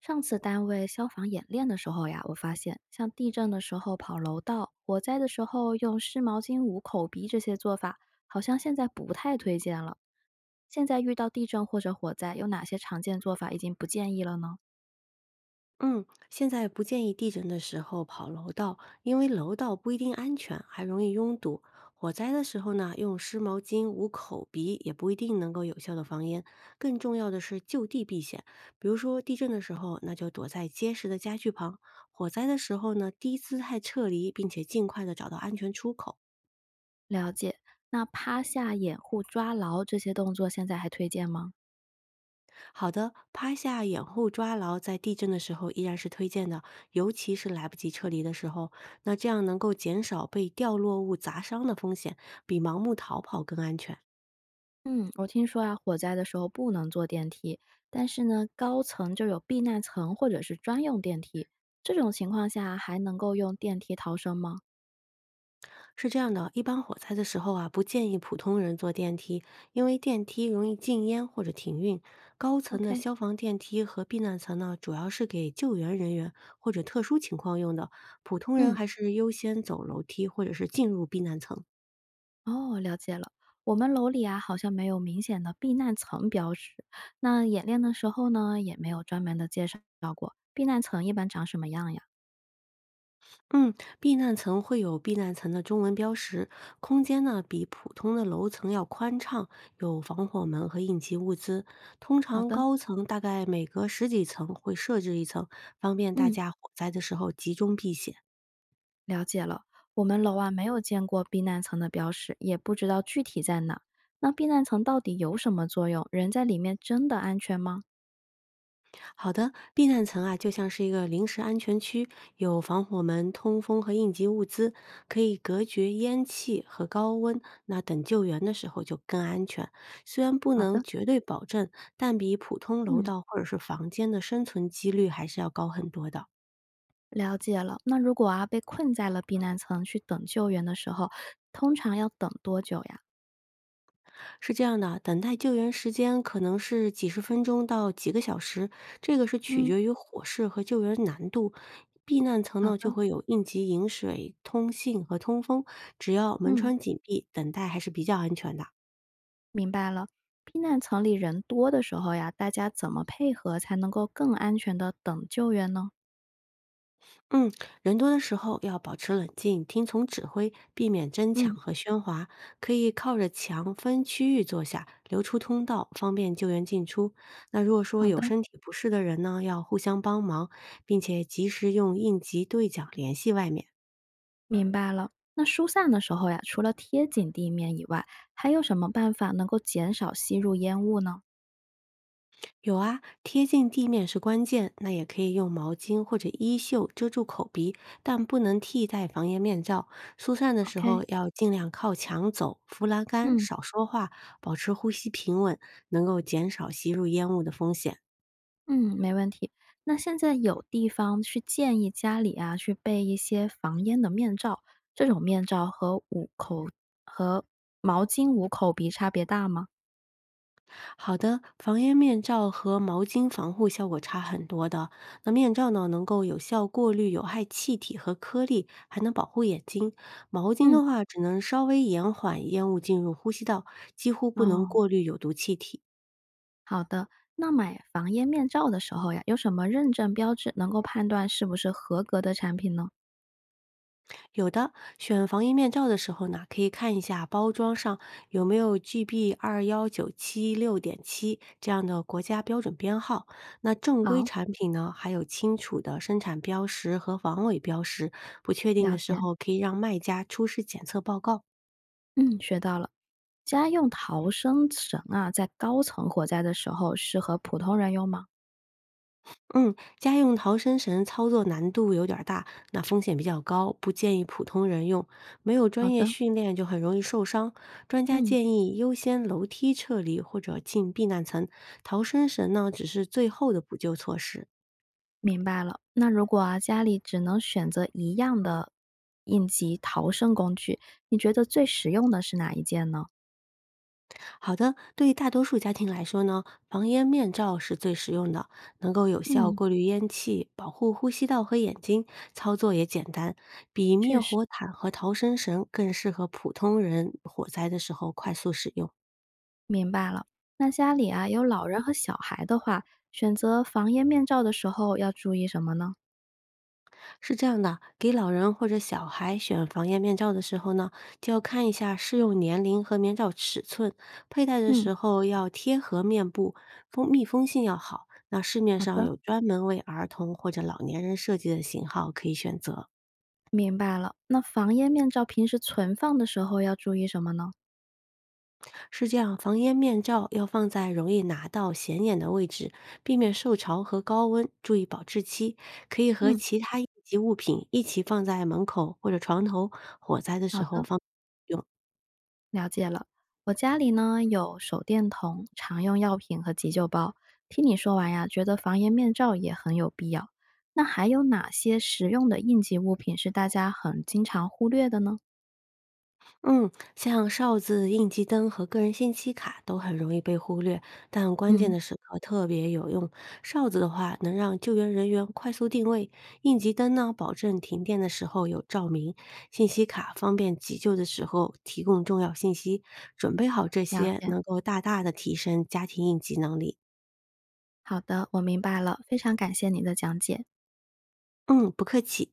上次单位消防演练的时候呀，我发现像地震的时候跑楼道，火灾的时候用湿毛巾捂口鼻这些做法，好像现在不太推荐了。现在遇到地震或者火灾，有哪些常见做法已经不建议了呢？嗯，现在不建议地震的时候跑楼道，因为楼道不一定安全，还容易拥堵。火灾的时候呢，用湿毛巾捂口鼻也不一定能够有效的防烟。更重要的是就地避险，比如说地震的时候，那就躲在结实的家具旁；火灾的时候呢，低姿态撤离，并且尽快的找到安全出口。了解。那趴下、掩护、抓牢这些动作，现在还推荐吗？好的，趴下、掩护、抓牢，在地震的时候依然是推荐的，尤其是来不及撤离的时候，那这样能够减少被掉落物砸伤的风险，比盲目逃跑更安全。嗯，我听说啊，火灾的时候不能坐电梯，但是呢，高层就有避难层或者是专用电梯，这种情况下还能够用电梯逃生吗是这样的，一般火灾的时候啊，不建议普通人坐电梯，因为电梯容易禁烟或者停运。高层的？OK，消防电梯和避难层呢，主要是给救援人员或者特殊情况用的，普通人嗯，还是优先走楼梯或者是进入避难层。哦，了解了。我们楼里啊，好像没有明显的避难层标识。那演练的时候呢，也没有专门的介绍过避难层一般长什么样呀？嗯，避难层会有避难层的中文标识，空间呢比普通的楼层要宽敞，有防火门和应急物资。通好常的，高层大概每隔十几层会设置一层，方便大嗯，家火灾的时候集中避险。了解了。我们楼啊，没有见过避难层的标识，也不知道具体在哪。那避难层到底有什么作用？人在里面真的安全吗？好的，避难层啊，就像是一个临时安全区，有防火门、通风和应急物资，可以隔绝烟气和高温。那等救援的时候就更安全。虽然不好能的，绝对保证，但比普通楼嗯，道或者是房间的生存几率还是要高很多的。了解了。那如果啊，被困在了避难层去等救援的时候，通常要等多久呀？是这样的啊，等待救援时间可能是几十分钟到几个小时，这个是取嗯，决于火势和救援难度。避难层好呢就的，会有应急饮水、通信和通风，只要门嗯。窗紧闭，等待还是比较安全的。明白了，避难层里人多的时候呀，大家怎么配合才能够更安全的等救援呢？嗯，人多的时候要保持冷静，听从指挥，避免争抢嗯，和喧哗。可以靠着墙分区域坐下，留出通道，方便救援进出。那如果说好有的，身体不适的人呢，要互相帮忙，并且及时用应急对讲联系外面。明白了。那疏散的时候呀，除了贴紧地面以外，还有什么办法能够减少吸入烟雾呢有啊，贴近地面是关键，那也可以用毛巾或者衣袖遮住口鼻，但不能替代防炎面罩。疏散的时？OK，候要尽量靠墙走，扶栏杆，嗯，少说话，保持呼吸平稳，能够减少吸入烟雾的风险。嗯，没问题。那现在有地方去建议家里啊去备一些防烟的面罩，这种面罩和捂口和毛巾捂口鼻差别大吗？好的，防烟面罩和毛巾防护效果差很多的。那面罩呢，能够有效过滤有害气体和颗粒，还能保护眼睛。毛巾嗯，的话，只能稍微延缓烟雾进入呼吸道，几乎不能哦，过滤有毒气体。好的，那买防烟面罩的时候呀，有什么认证标志能够判断是不是合格的产品呢？有的，选防疫面罩的时候呢，可以看一下包装上有没有 GB 21976.7这样的国家标准编号。那正规好，产品呢，还有清楚的生产标识和防伪标识，不确定了的时解，候可以让卖家出示检测报告。嗯，学到了。家用逃生绳啊，在高层火灾的时候适合普通人用吗？嗯，家用逃生绳操作难度有点儿大，那风险比较高，不建议普通人用。没有好专业的，训练就很容易受伤。专家嗯，建议优先楼梯撤离或者进避难层，逃生绳呢只是最后的补救措施。明白了。那如果啊，家里只能选择一样的应急逃生工具，你觉得最实用的是哪一件呢？好的，对于大多数家庭来说呢，防烟面罩是最实用的，能够有效嗯，过滤烟气，保护呼吸道和眼睛，操作也简单，比确灭实。火毯和逃生绳更适合普通人火灾的时候快速使用。明白了，那家里啊有老人和小孩的话，选择防烟面罩的时候要注意什么呢？是这样的，给老人或者小孩选防烟面罩的时候呢，就要看一下适用年龄和面罩尺寸，佩戴的嗯，时候要贴合面部，封密封性要好。那市面好上的，有专门为儿童或者老年人设计的型号可以选择。明白了。那防烟面罩平时存放的时候要注意什么呢？是这样，防烟面罩要放在容易拿到、显眼的位置，避免受潮和高温，注意保质期。可以和嗯，其他应急物品一起放在门口或者床头，火灾的好时候的，放。了解了。我家里呢有手电筒、常用药品和急救包。听你说完呀，觉得防烟面罩也很有必要。那还有哪些实用的应急物品是大家很经常忽略的呢？嗯，像哨子、应急灯和个人信息卡都很容易被忽略，但关键嗯，的时刻特别有用。哨子的话，能让救援人员快速定位；应急灯呢，保证停电的时候有照明；信息卡方便急救的时候提供重要信息。准备好这了些，解。能够大大的提升家庭应急能力。好的，我明白了，非常感谢你的讲解。嗯，不客气。